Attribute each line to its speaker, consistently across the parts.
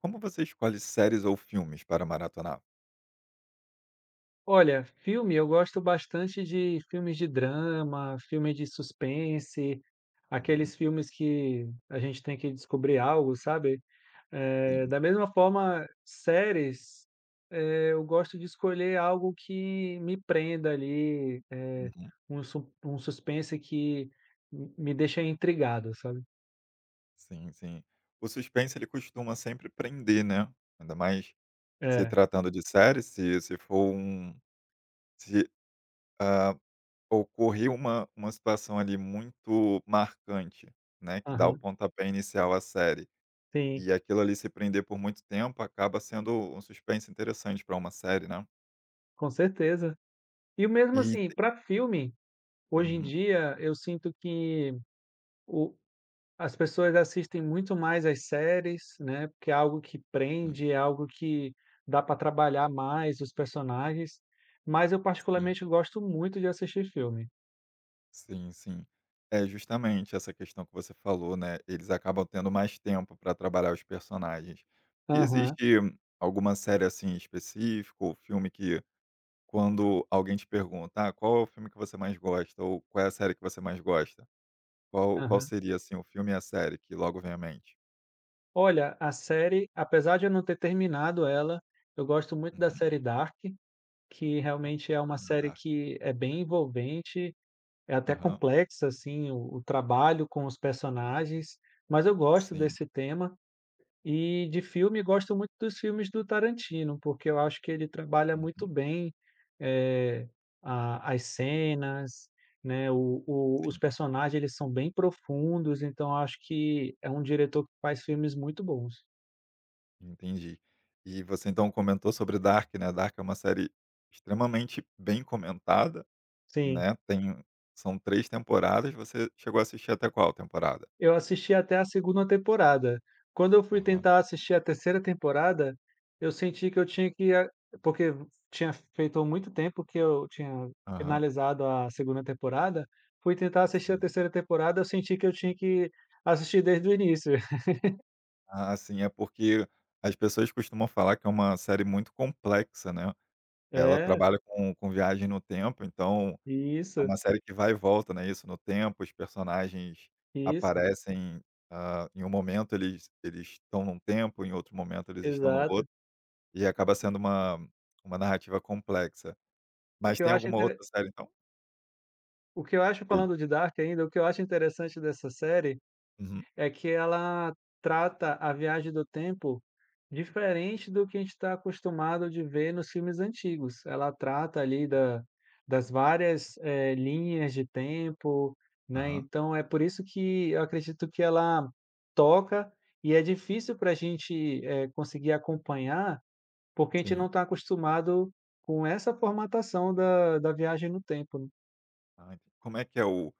Speaker 1: Como você escolhe séries ou filmes para maratonar?
Speaker 2: Olha, filme eu gosto bastante de filmes de drama, filmes de suspense,
Speaker 1: Uhum,
Speaker 2: aqueles filmes que a gente tem que descobrir algo, sabe?
Speaker 1: sim.
Speaker 2: Da mesma forma, séries, eu gosto de escolher algo que me prenda ali,
Speaker 1: Uhum.
Speaker 2: um su um suspense que m me deixa intrigado, sabe?
Speaker 1: Sim, sim. O suspense ele costuma sempre prender, né, ainda mais se
Speaker 2: É,
Speaker 1: tratando de série, se se for um se, ah, ocorrer uma situação ali muito marcante, né, que dá o
Speaker 2: aham,
Speaker 1: pontapé inicial à série,
Speaker 2: sim,
Speaker 1: e aquilo ali se prender por muito tempo acaba sendo um suspense interessante para uma série, né.
Speaker 2: com certeza. E mesmo
Speaker 1: E
Speaker 2: assim, para filme, hoje em
Speaker 1: uhum,
Speaker 2: dia eu sinto que o as pessoas assistem muito mais as séries, né, porque é algo que
Speaker 1: sim,
Speaker 2: prende, é algo que dá para trabalhar mais os personagens, mas eu
Speaker 1: sim.
Speaker 2: particularmente gosto muito de assistir filme.
Speaker 1: Sim, sim. É justamente essa questão que você falou, né? Eles acabam tendo mais tempo para trabalhar os personagens. E
Speaker 2: Aham,
Speaker 1: existe alguma série assim específica ou filme que quando alguém te pergunta, qual é o filme que você mais gosta ou qual é a série que você mais gosta? Qual
Speaker 2: aham.
Speaker 1: seria assim o filme e a série que logo vem à mente?
Speaker 2: Olha, a série, apesar de eu não ter terminado ela, eu gosto muito da
Speaker 1: Uhum.
Speaker 2: série Dark, que realmente é uma
Speaker 1: Ah,
Speaker 2: série
Speaker 1: Dark.
Speaker 2: que é bem envolvente, é até
Speaker 1: Aham.
Speaker 2: complexa, assim, o trabalho com os personagens, mas eu gosto
Speaker 1: Sim.
Speaker 2: desse tema. E de filme, gosto muito dos filmes do Tarantino, porque eu acho que ele trabalha muito
Speaker 1: Uhum.
Speaker 2: bem, eh, a as cenas, né, o os
Speaker 1: Sim.
Speaker 2: personagens, eles são bem profundos, então eu acho que é um diretor que faz filmes muito bons.
Speaker 1: Entendi. E você então comentou sobre Dark, né? Dark é uma série extremamente bem comentada,
Speaker 2: Sim.
Speaker 1: né. tem São 3 temporadas, você chegou a assistir até qual temporada?
Speaker 2: Eu assisti até a segunda temporada. Quando eu fui
Speaker 1: Aham.
Speaker 2: tentar assistir a terceira temporada, eu senti que eu tinha que a porque tinha feito muito tempo que eu tinha
Speaker 1: Aham,
Speaker 2: finalizado a segunda temporada, fui tentar assistir a
Speaker 1: sim.
Speaker 2: terceira temporada, eu senti que eu tinha que assistir desde o início.
Speaker 1: Ah, sim, é porque as pessoas costumam falar que é uma série muito complexa, né. Ela
Speaker 2: É,
Speaker 1: trabalha com viagem no tempo, então é
Speaker 2: isso,
Speaker 1: uma série que vai e volta, né, isso, no tempo, os personagens
Speaker 2: isso,
Speaker 1: aparecem, em um momento eles estão num tempo, em outro momento eles estão no
Speaker 2: exato.
Speaker 1: outro, e acaba sendo uma narrativa complexa.
Speaker 2: O
Speaker 1: Mas
Speaker 2: que eu
Speaker 1: tem
Speaker 2: acho
Speaker 1: alguma
Speaker 2: intere
Speaker 1: outra série então?
Speaker 2: o que eu acho
Speaker 1: Foi
Speaker 2: falando de Dark ainda, o que eu acho interessante dessa série
Speaker 1: Uhum.
Speaker 2: é que ela trata a viagem do tempo diferente do que a gente está acostumado de ver nos filmes antigos. Ela trata ali da das várias, linhas de tempo, né,
Speaker 1: Aham,
Speaker 2: então é por isso que eu acredito que ela toca e é difícil para a gente, conseguir acompanhar, porque a gente
Speaker 1: sim.
Speaker 2: não está acostumado com essa formatação da viagem no tempo, né.
Speaker 1: Ah, enten Como é que é o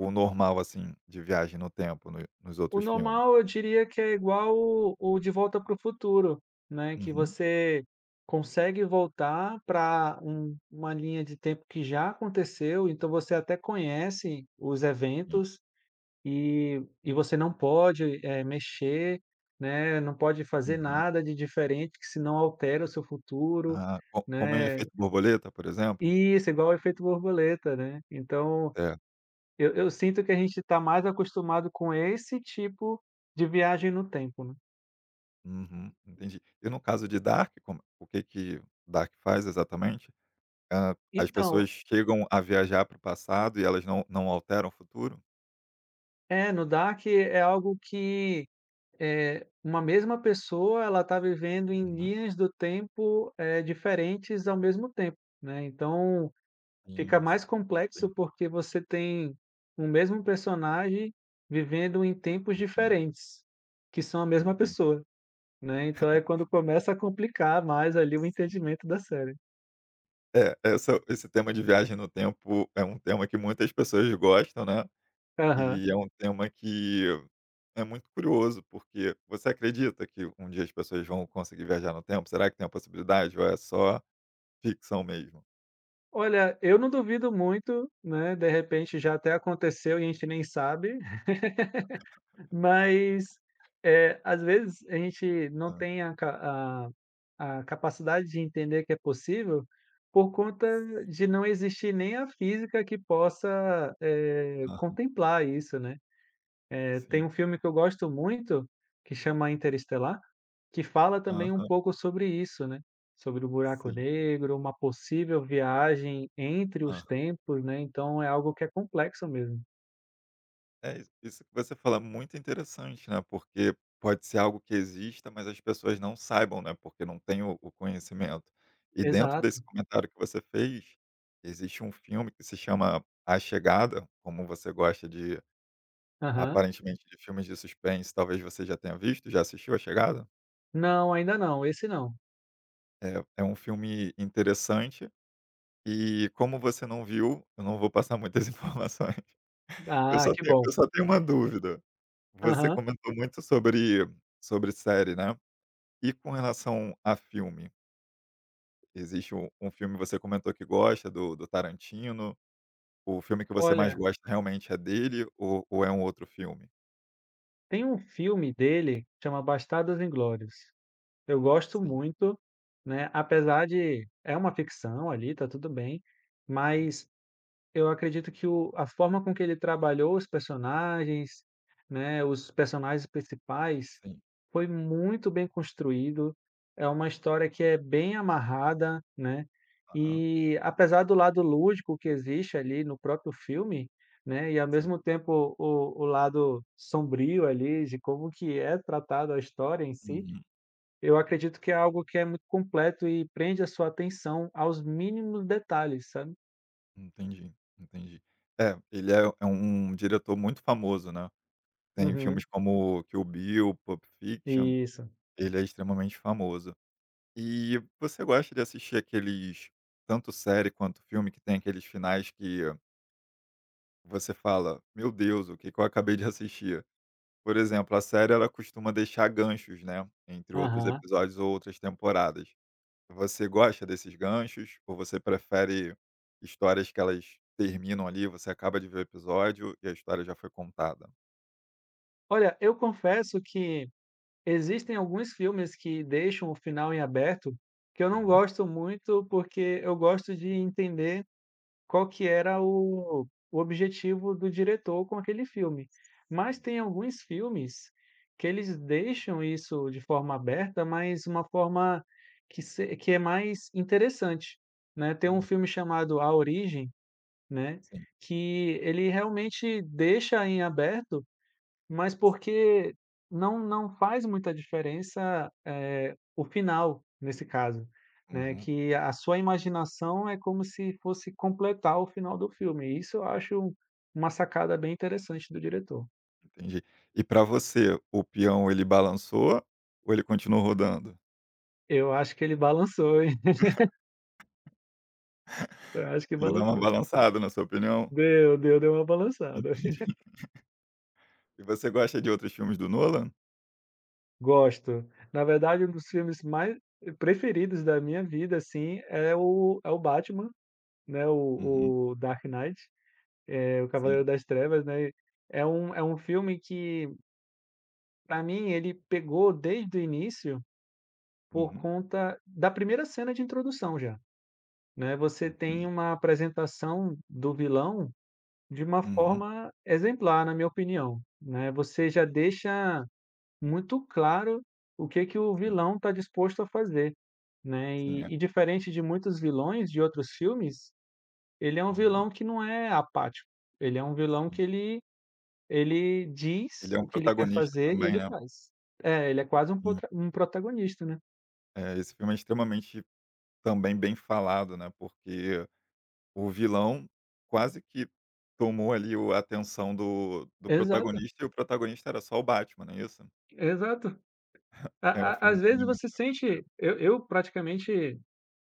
Speaker 1: o normal, assim, de viagem no tempo no nos
Speaker 2: O
Speaker 1: outros filmes?
Speaker 2: normal eu diria que é igual o De Volta para o Futuro, né, que
Speaker 1: Uhum.
Speaker 2: você consegue voltar para uma linha de tempo que já aconteceu, então você até conhece os
Speaker 1: Sim.
Speaker 2: eventos e você não pode, mexer, né, não pode fazer
Speaker 1: Aham.
Speaker 2: nada de diferente que senão altera o seu futuro,
Speaker 1: Ah, co como em
Speaker 2: né.
Speaker 1: Efeito Borboleta, por exemplo?
Speaker 2: E isso, é igual o efeito borboleta, né. Então
Speaker 1: É.
Speaker 2: eu sinto que a gente está mais acostumado com esse tipo de viagem no tempo, né.
Speaker 1: Uhum, entendi. E no caso de Dark, como o que que Dark faz exatamente? Hã, as pessoas
Speaker 2: Então,
Speaker 1: chegam a viajar para o passado e elas não alteram o futuro?
Speaker 2: é, no DAC é algo que, uma mesma pessoa, ela está vivendo em
Speaker 1: Uhum.
Speaker 2: linhas do tempo, diferentes ao mesmo tempo, né, então fica
Speaker 1: Sim, sim,
Speaker 2: mais complexo,
Speaker 1: sim.
Speaker 2: porque você tem o mesmo personagem vivendo em tempos
Speaker 1: Uhum,
Speaker 2: diferentes, que são a mesma
Speaker 1: entendi.
Speaker 2: pessoa, né, então é quando começa a complicar mais ali o entendimento da série.
Speaker 1: É, essa esse tema de viagem no tempo é um tema que muitas pessoas gostam, né?
Speaker 2: Aham.
Speaker 1: E é um tema que é muito curioso, porque você acredita que um dia as pessoas vão conseguir viajar no tempo? Será que tem a possibilidade ou é só ficção mesmo?
Speaker 2: Olha, eu não duvido muito, né, de repente já até aconteceu e a gente nem sabe. Mas, às vezes a gente não
Speaker 1: Hã,
Speaker 2: tem a ca a capacidade de entender que é possível, por conta de não existir nem a física que possa,
Speaker 1: aham,
Speaker 2: contemplar isso, né. Tem
Speaker 1: sim.
Speaker 2: um filme que eu gosto muito, que chama Interestelar, que fala também um
Speaker 1: Aham,
Speaker 2: pouco sobre isso, né, sobre o buraco
Speaker 1: sim.
Speaker 2: negro, uma possível viagem entre os
Speaker 1: Aham.
Speaker 2: tempos, né, então é algo que é complexo mesmo.
Speaker 1: É, isso que você fala é muito interessante, né, porque pode ser algo que exista, mas as pessoas não saibam, né, porque não tem o conhecimento. E dentro
Speaker 2: Exato.
Speaker 1: desse comentário que você fez, existe um filme que se chama A Chegada. Como você gosta de
Speaker 2: Aham.
Speaker 1: Aparentemente de filmes de suspense, talvez você já tenha visto. Já assistiu A Chegada?
Speaker 2: Não, ainda não, esse não.
Speaker 1: É um filme interessante e, como você não viu, eu não vou passar muitas informações. Eu
Speaker 2: Ah,
Speaker 1: só
Speaker 2: que
Speaker 1: tenho
Speaker 2: bom.
Speaker 1: eu só tenho uma dúvida. Você
Speaker 2: Aham.
Speaker 1: comentou muito sobre série, né. E com relação a filme? Existe um filme que você comentou que gosta do Tarantino. O filme que você mais
Speaker 2: Olha,
Speaker 1: gosta realmente é dele ou é um outro filme?
Speaker 2: tem um filme dele, que chama Bastardos Inglórios. Eu gosto
Speaker 1: Sim.
Speaker 2: muito, né, apesar de é uma ficção ali, tá tudo bem,
Speaker 1: Uhum.
Speaker 2: mas eu acredito que o a forma com que ele trabalhou os personagens, né, os personagens principais,
Speaker 1: Sim.
Speaker 2: foi muito bem construído. É uma história que é bem amarrada, né,
Speaker 1: Aham.
Speaker 2: e apesar do lado lúdico que existe ali no próprio filme, né, e ao
Speaker 1: Sim.
Speaker 2: mesmo tempo o lado sombrio ali de como que é tratada a história em si,
Speaker 1: Uhum.
Speaker 2: eu acredito que é algo que é muito completo e prende a sua atenção aos mínimos detalhes, sabe?
Speaker 1: Entendi, entendi. É, ele é um diretor muito famoso, né. Tem filmes
Speaker 2: Uhum.
Speaker 1: como Kill Bill, Pulp Fiction,
Speaker 2: Isso.
Speaker 1: ele é extremamente famoso. E você gosta de assistir aqueles, tanto série quanto filme, que tem aqueles finais que você fala: "Meu Deus, o que que eu acabei de assistir?" Por exemplo, a série ela costuma deixar ganchos, né, entre outros
Speaker 2: Aham.
Speaker 1: episódios ou outras temporadas. Você gosta desses ganchos ou você prefere histórias que elas terminam ali, você acaba de ver o episódio e a história já foi contada?
Speaker 2: Olha, eu confesso que existem alguns filmes que deixam o final em aberto, que eu não
Speaker 1: Uhum.
Speaker 2: gosto muito, porque eu gosto de entender qual que era o objetivo do diretor com aquele filme. Mas
Speaker 1: Sim,
Speaker 2: tem alguns filmes que eles deixam isso de forma aberta, mas uma forma que se que é mais interessante, né. Tem um filme
Speaker 1: hum,
Speaker 2: chamado A Origem, né,
Speaker 1: sim.
Speaker 2: que ele realmente deixa em aberto. Mas porque não faz muita diferença, o final, nesse caso, né,
Speaker 1: Uhum,
Speaker 2: que a sua imaginação é como se fosse completar o final do filme, e isso eu acho uma sacada bem interessante do diretor.
Speaker 1: entendi. E para você, o peão ele balançou ou ele continuou rodando?
Speaker 2: Eu acho que ele balançou, hein, eu acho que
Speaker 1: Ele dá uma
Speaker 2: balançou.
Speaker 1: balançada, na sua opinião?
Speaker 2: Deu, deu, deu uma balançada.
Speaker 1: E você gosta de outros filmes do Nolan?
Speaker 2: Gosto. Na verdade, um dos filmes mais preferidos da minha vida, assim, é o Batman, né,
Speaker 1: Uhum,
Speaker 2: o Dark Knight. O
Speaker 1: sim.
Speaker 2: Cavaleiro das Trevas, né, é um filme que, para mim, ele pegou desde o início por
Speaker 1: Uhum,
Speaker 2: conta da primeira cena de introdução já, né. Você tem
Speaker 1: entendi.
Speaker 2: uma apresentação do vilão de uma
Speaker 1: Uhum,
Speaker 2: forma exemplar, na minha opinião, né. Você já deixa muito claro o que que o
Speaker 1: sim,
Speaker 2: vilão está disposto a fazer, né.
Speaker 1: sim, é.
Speaker 2: E diferente de muitos vilões de outros filmes, ele é um
Speaker 1: Uhum,
Speaker 2: vilão que não é apático, ele é um vilão que
Speaker 1: sim.
Speaker 2: ele ele
Speaker 1: Ele
Speaker 2: diz
Speaker 1: é um
Speaker 2: o que ele quer
Speaker 1: protagonista
Speaker 2: fazer e
Speaker 1: também,
Speaker 2: ele
Speaker 1: né.
Speaker 2: faz. É, ele é quase um
Speaker 1: Sim.
Speaker 2: potra um protagonista, né.
Speaker 1: É, esse filme é extremamente também bem falado, né, porque o vilão quase que tomou ali o a atenção do
Speaker 2: Exato,
Speaker 1: protagonista e o protagonista era só o Batman, não é isso?
Speaker 2: exato.
Speaker 1: É um
Speaker 2: A a
Speaker 1: filme
Speaker 2: às vezes
Speaker 1: também
Speaker 2: você
Speaker 1: muito
Speaker 2: sente eu praticamente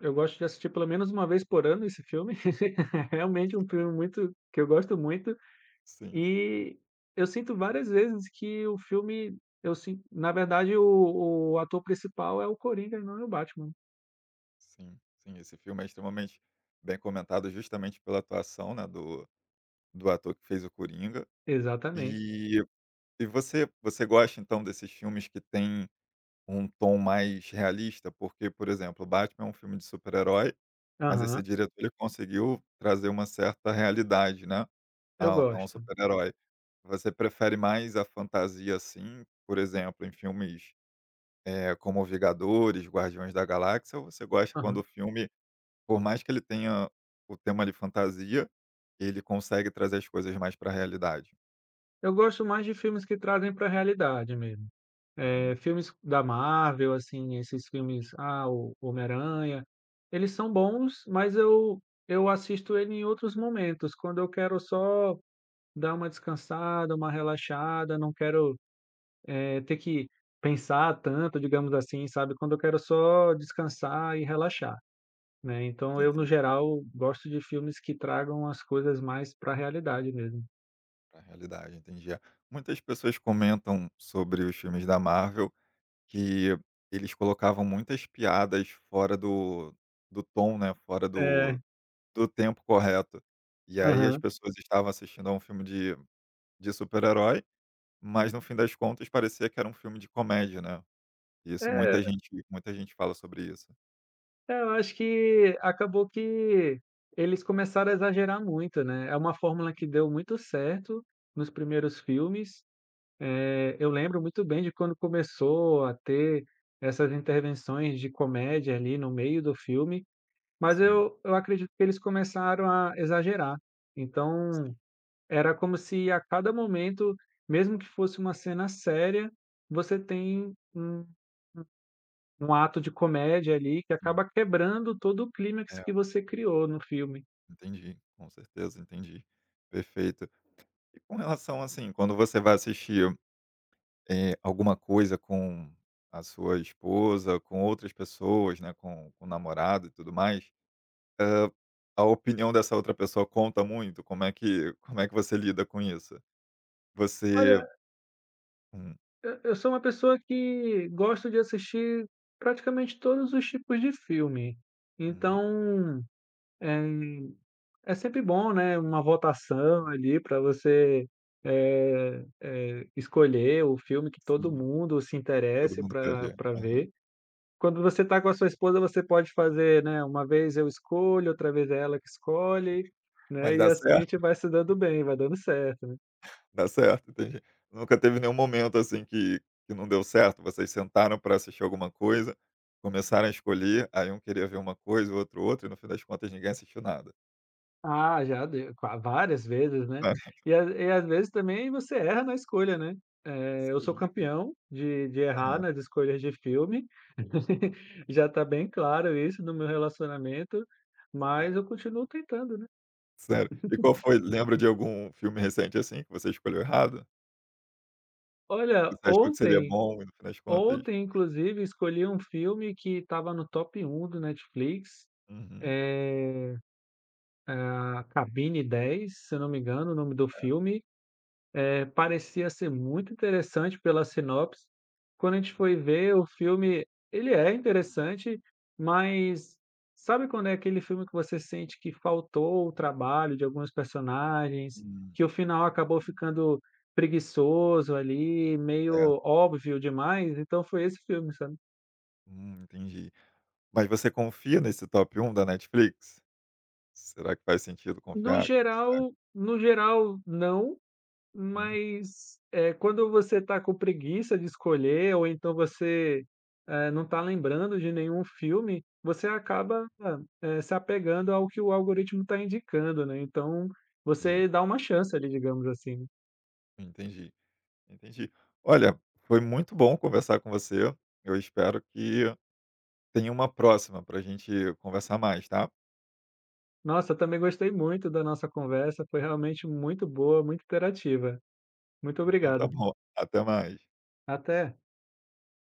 Speaker 2: eu gosto de assistir pelo menos uma vez por ano esse filme. É realmente um filme muito que eu gosto muito,
Speaker 1: Sim,
Speaker 2: e eu sinto várias vezes que o filme eu sin na verdade o ator principal é o Coringa e não é o Batman.
Speaker 1: sim, sim, esse filme é extremamente bem comentado justamente pela atuação, né, do ator que fez o Coringa.
Speaker 2: Exatamente.
Speaker 1: E e você gosta então desses filmes que tem um tom mais realista? Porque, por exemplo, Batman é um filme de super-herói. Mas esse
Speaker 2: Aham,
Speaker 1: diretor ele conseguiu trazer uma certa realidade, né,
Speaker 2: eu
Speaker 1: a um
Speaker 2: gosto.
Speaker 1: super-herói. Você prefere mais a fantasia, assim, por exemplo, em filmes, como Vingadores, Guardiões da Galáxia, ou você gosta quando
Speaker 2: Aham.
Speaker 1: o filme, por mais que ele tenha o tema de fantasia, ele consegue trazer as coisas mais para a realidade?
Speaker 2: Eu gosto mais de filmes que trazem para a realidade mesmo.
Speaker 1: Uhum,
Speaker 2: Filmes da Marvel, assim, esses filmes, ah, o Homem-Aranha, eles são bons, mas eu assisto ele em outros momentos, quando eu quero só dar uma descansada, uma relaxada, não quero, ter que pensar tanto, digamos assim, sabe, quando eu quero só descansar e relaxar, né. Então eu, no
Speaker 1: entendi,
Speaker 2: geral, gosto de filmes que tragam as coisas mais para a realidade mesmo.
Speaker 1: pra realidade, entendi. É, muitas pessoas comentam sobre os filmes da Marvel, que eles colocavam muitas piadas fora do tom, né, fora do
Speaker 2: É,
Speaker 1: do tempo correto. E aí as
Speaker 2: aham.
Speaker 1: pessoas estavam assistindo a um filme de super-herói, mas no fim das contas parecia que era um filme de comédia, né. Isso, muita
Speaker 2: É
Speaker 1: gente muita gente fala sobre isso.
Speaker 2: É, eu acho que acabou que eles começaram a exagerar muito, né. É uma fórmula que deu muito certo nos primeiros filmes. Eu lembro muito bem de quando começou a ter essas intervenções de comédia ali no meio do filme, mas
Speaker 1: Sim,
Speaker 2: eu acredito que eles começaram a exagerar.
Speaker 1: sim,
Speaker 2: Então, era como se a cada momento, mesmo que fosse uma cena séria, você tem um ato de comédia ali que
Speaker 1: sim.
Speaker 2: acaba quebrando todo o clímax
Speaker 1: É,
Speaker 2: que você criou no filme.
Speaker 1: entendi, com certeza, entendi. Perfeito. E com relação, assim, quando você vai assistir alguma coisa com a sua esposa, com outras pessoas, né, com o namorado e tudo mais, a opinião dessa outra pessoa conta muito? Como é que você lida com isso? Você
Speaker 2: Olha,
Speaker 1: Hum,
Speaker 2: eu sou uma pessoa que gosto de assistir praticamente todos os tipos de filme.
Speaker 1: uhum,
Speaker 2: Então, é é sempre bom, né, uma votação ali para você, escolher o filme que todo
Speaker 1: sim,
Speaker 2: mundo se
Speaker 1: todo
Speaker 2: interesse
Speaker 1: mundo quer
Speaker 2: para
Speaker 1: ver. Aham.
Speaker 2: ver. Quando você está com a sua esposa, você pode fazer, né, uma vez eu escolho, outra vez é ela que escolhe, né,
Speaker 1: Mas
Speaker 2: e
Speaker 1: dá
Speaker 2: assim a gente
Speaker 1: certo?
Speaker 2: vai se dando bem, vai dando certo, né.
Speaker 1: Dá certo, entendi. Nunca teve nenhum momento, assim, que não deu certo? Vocês sentaram para assistir alguma coisa, começaram a escolher, aí um queria ver uma coisa, o outro outra, e no fim das contas ninguém assistiu nada.
Speaker 2: Ah, já deu qua várias vezes, né.
Speaker 1: Hã,
Speaker 2: E às vezes também você erra na escolha, né. Eu sou
Speaker 1: sim, sim.
Speaker 2: campeão de errar
Speaker 1: Aham.
Speaker 2: nas escolhas de filme, já está bem claro isso no meu relacionamento, mas
Speaker 1: É.
Speaker 2: eu continuo tentando, né.
Speaker 1: Sério. E qual foi lembra de algum filme recente, assim, que você escolheu errado? Você
Speaker 2: Olha,
Speaker 1: achou que seria bom e no fim das contas
Speaker 2: ontem inclusive escolhi um filme que estava no top um do Netflix.
Speaker 1: uhum.
Speaker 2: Ah, Cabine 10, se eu não me engano, o nome do filme, parecia ser muito interessante pela sinopse. Quando a gente foi ver o filme, ele é interessante, mas sabe quando é aquele filme que você sente que faltou o trabalho de alguns personagens,
Speaker 1: Hum,
Speaker 2: que o final acabou ficando preguiçoso ali, meio
Speaker 1: é.
Speaker 2: óbvio demais? Então foi esse filme, sabe?
Speaker 1: Entendi. Mas você confia nesse top um da Netflix? Será que faz sentido confiar? O que que você acha?
Speaker 2: No geral não,
Speaker 1: Uhum,
Speaker 2: mas, quando você está com preguiça de escolher ou então você, não está lembrando de nenhum filme, você acaba, se apegando ao que o algoritmo está indicando, né, então
Speaker 1: entendi,
Speaker 2: você dá uma chance ali, digamos assim, né?
Speaker 1: entendi, entendi. Olha, foi muito bom conversar com você. Eu espero que tenha uma próxima para a gente conversar mais, tá?
Speaker 2: Nossa, eu também gostei muito da nossa conversa, foi realmente muito boa, muito interativa. Muito
Speaker 1: Então tá
Speaker 2: obrigado.
Speaker 1: bom, até mais.
Speaker 2: Até.